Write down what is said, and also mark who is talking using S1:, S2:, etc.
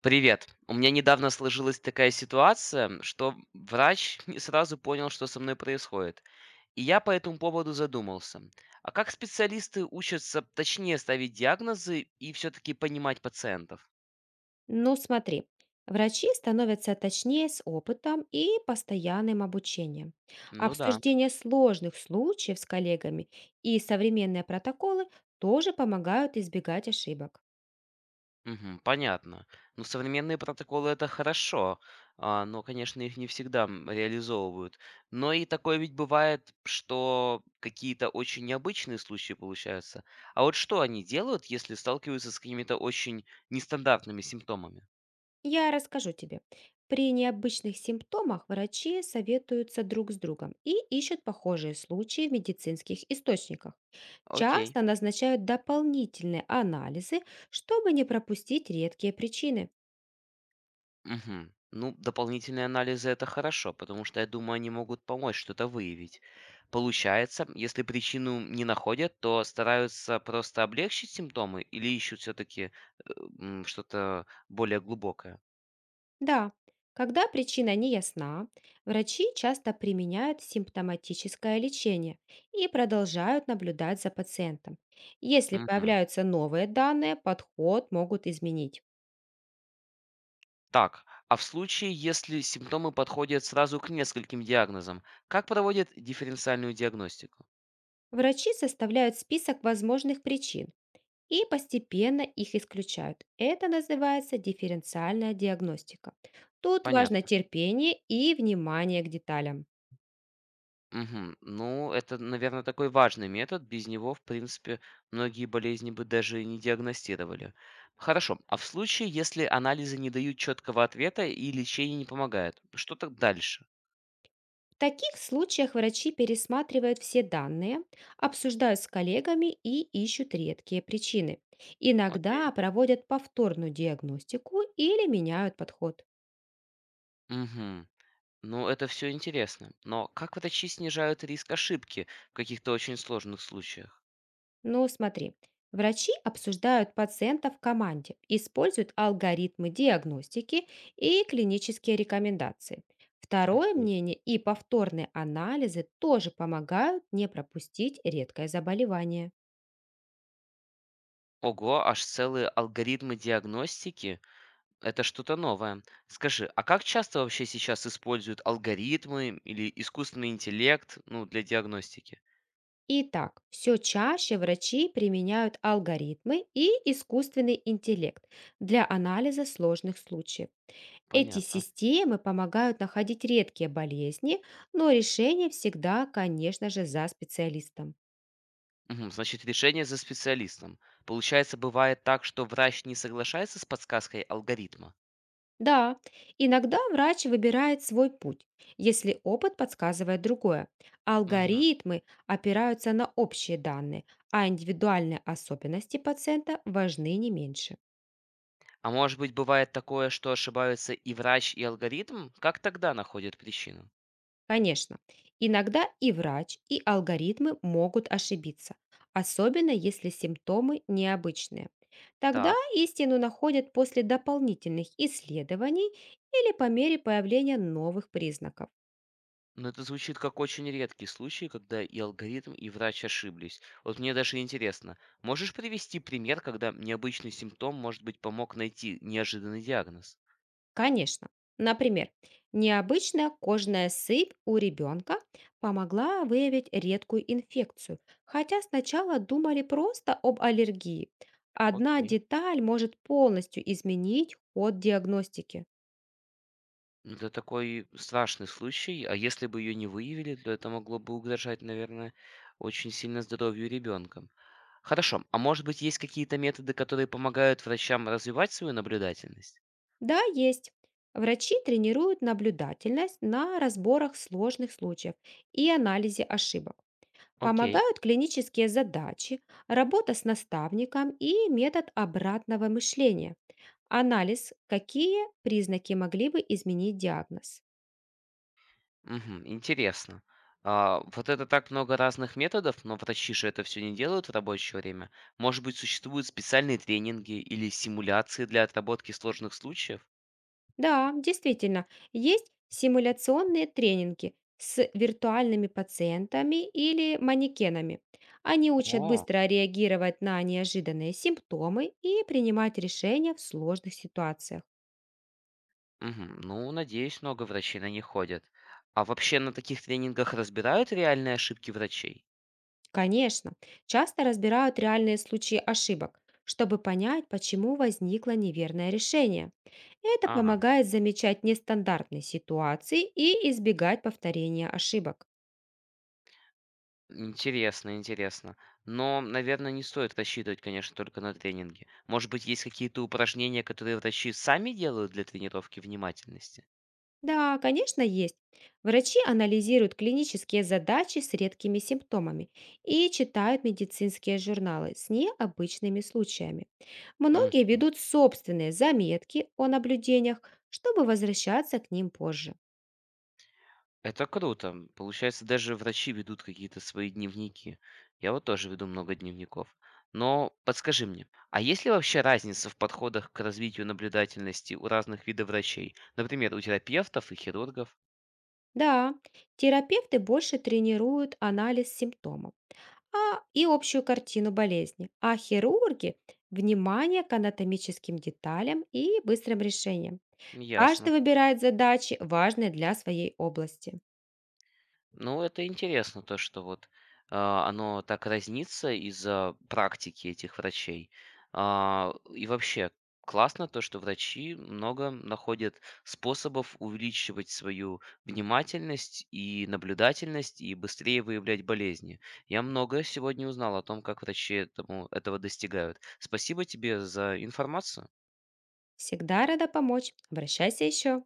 S1: Привет. У меня недавно сложилась такая ситуация, что врач не сразу понял, что со мной происходит. И я по этому поводу задумался. А как специалисты учатся точнее ставить диагнозы и все-таки понимать пациентов?
S2: Ну, смотри, врачи становятся точнее с опытом и постоянным обучением.
S1: Ну да.
S2: Обсуждение сложных случаев с коллегами и современные протоколы тоже помогают избегать ошибок.
S1: Мгм. Понятно. Ну, современные протоколы - это хорошо, а, но, конечно, их не всегда, реализовывают. Но и такое ведь бывает, что какие-то очень необычные случаи получаются. А вот что они делают, если сталкиваются с какими-то очень нестандартными симптомами?
S2: Я расскажу тебе. При необычных симптомах врачи советуются друг с другом и ищут похожие случаи в медицинских источниках.
S1: Окей.
S2: Часто назначают дополнительные анализы, чтобы не пропустить редкие причины.
S1: Мгм. Ну, дополнительные анализы это хорошо, потому что, я думаю, они могут помочь что-то выявить. Получается, если причину не находят, то стараются просто облегчить симптомы или ищут все-таки что-то более глубокое.
S2: Да, когда причина не ясна, врачи часто применяют симптоматическое лечение и продолжают наблюдать за пациентом. Если
S1: Мгм.
S2: появляются новые данные, подход могут изменить.
S1: Так, а в случае, если симптомы подходят сразу к нескольким диагнозам, как проводят дифференциальную диагностику?
S2: Врачи составляют список возможных причин и постепенно их исключают. Это называется дифференциальная диагностика. Тут важно
S1: Понятно.
S2: терпение и внимание к деталям.
S1: Мгм. Ну, это, наверное, такой важный метод. Без него, в принципе, многие болезни бы даже и не диагностировали. Хорошо. А в случае, если анализы не дают четкого ответа и лечение не помогает, что так дальше?
S2: В таких случаях врачи пересматривают все данные, обсуждают с коллегами и ищут редкие причины. Иногда
S1: Окей.
S2: проводят повторную диагностику или меняют подход.
S1: Угу. Ну, это все интересно. Но как врачи снижают риск ошибки в каких-то очень сложных случаях?
S2: Но смотри, врачи обсуждают пациента в команде, используют алгоритмы диагностики и клинические рекомендации. Второе
S1: Окей.
S2: мнение и повторные анализы тоже помогают не пропустить редкое заболевание.
S1: Ого, аж целые алгоритмы диагностики? Это что-то новое. Скажи, а как часто вообще сейчас используют алгоритмы или искусственный интеллект, ну, для диагностики?
S2: Итак, все чаще врачи применяют алгоритмы и искусственный интеллект для анализа сложных случаев. Эти
S1: Понятно.
S2: системы помогают находить редкие болезни, но решение всегда, конечно же, за специалистом.
S1: Мгм, значит, решение за специалистом. Получается, бывает так, что врач не соглашается с подсказкой алгоритма?
S2: Да, иногда врач выбирает свой путь, если опыт подсказывает другое.
S1: Мгм.
S2: Алгоритмы опираются на общие данные, а индивидуальные особенности пациента важны не меньше.
S1: А может быть, бывает такое, что ошибаются и врач, и алгоритм? Как тогда находят причину?
S2: Конечно, иногда и врач, и алгоритмы могут ошибиться, особенно если симптомы необычные. Тогда
S1: Так.
S2: истину находят после дополнительных исследований или по мере появления новых признаков.
S1: Но это звучит как очень редкий случай, когда и алгоритм, и врач ошиблись. Вот мне даже интересно, можешь привести пример, когда необычный симптом, может быть, помог найти неожиданный диагноз?
S2: Конечно, например, необычная кожная сыпь у ребенка помогла выявить редкую инфекцию, хотя сначала думали просто об аллергии. Одна
S1: Окей.
S2: деталь может полностью изменить ход диагностики.
S1: Ну, это такой страшный случай, а если бы ее не выявили, то это могло бы угрожать, наверное, очень сильно здоровью ребенка. Хорошо, а может быть есть какие-то методы, которые помогают врачам развивать свою наблюдательность?
S2: Да, есть. Врачи тренируют наблюдательность на разборах сложных случаев и анализе ошибок.
S1: Окей.
S2: Помогают клинические задачи, работа с наставником и метод обратного мышления. Анализ, какие признаки могли бы изменить диагноз.
S1: Мгм. Интересно. А, вот это так много разных методов, но врачи же это все не делают в рабочее время. Может быть, существуют специальные тренинги или симуляции для отработки сложных случаев?
S2: Да, действительно, есть симуляционные тренинги с виртуальными пациентами или манекенами. Они учат
S1: О,
S2: быстро реагировать на неожиданные симптомы и принимать решения в сложных ситуациях.
S1: мгм. Ну, надеюсь, много врачей на них ходят. А вообще на таких тренингах разбирают реальные ошибки врачей?
S2: Конечно, часто разбирают реальные случаи ошибок, чтобы понять, почему возникло неверное решение. Это
S1: Ага,
S2: помогает замечать нестандартные ситуации и избегать повторения ошибок.
S1: интересно, интересно. Но, наверное, не стоит рассчитывать, конечно, только на тренинги. Может быть, есть какие-то упражнения, которые врачи сами делают для тренировки внимательности?
S2: Да, конечно, есть. Врачи анализируют клинические задачи с редкими симптомами и читают медицинские журналы с необычными случаями. Многие ведут собственные заметки о наблюдениях, чтобы возвращаться к ним позже.
S1: Это круто. Получается, даже врачи ведут какие-то свои дневники. Я вот тоже веду много дневников. Но подскажи мне, а есть ли вообще разница в подходах к развитию наблюдательности у разных видов врачей? Например, у терапевтов и хирургов?
S2: Да, терапевты больше тренируют анализ симптомов и общую картину болезни, а хирурги– внимание к анатомическим деталям и быстрым решениям. Каждый
S1: Ясно.
S2: выбирает задачи, важные для своей области.
S1: Ну, это интересно, то, что вот а, оно так разнится из-за практики этих врачей. А, и вообще, классно то, что врачи много находят способов увеличивать свою внимательность и наблюдательность и быстрее выявлять болезни. Я много сегодня узнал о том, как врачи этого достигают. Спасибо тебе за информацию.
S2: Всегда рада помочь. Обращайся еще.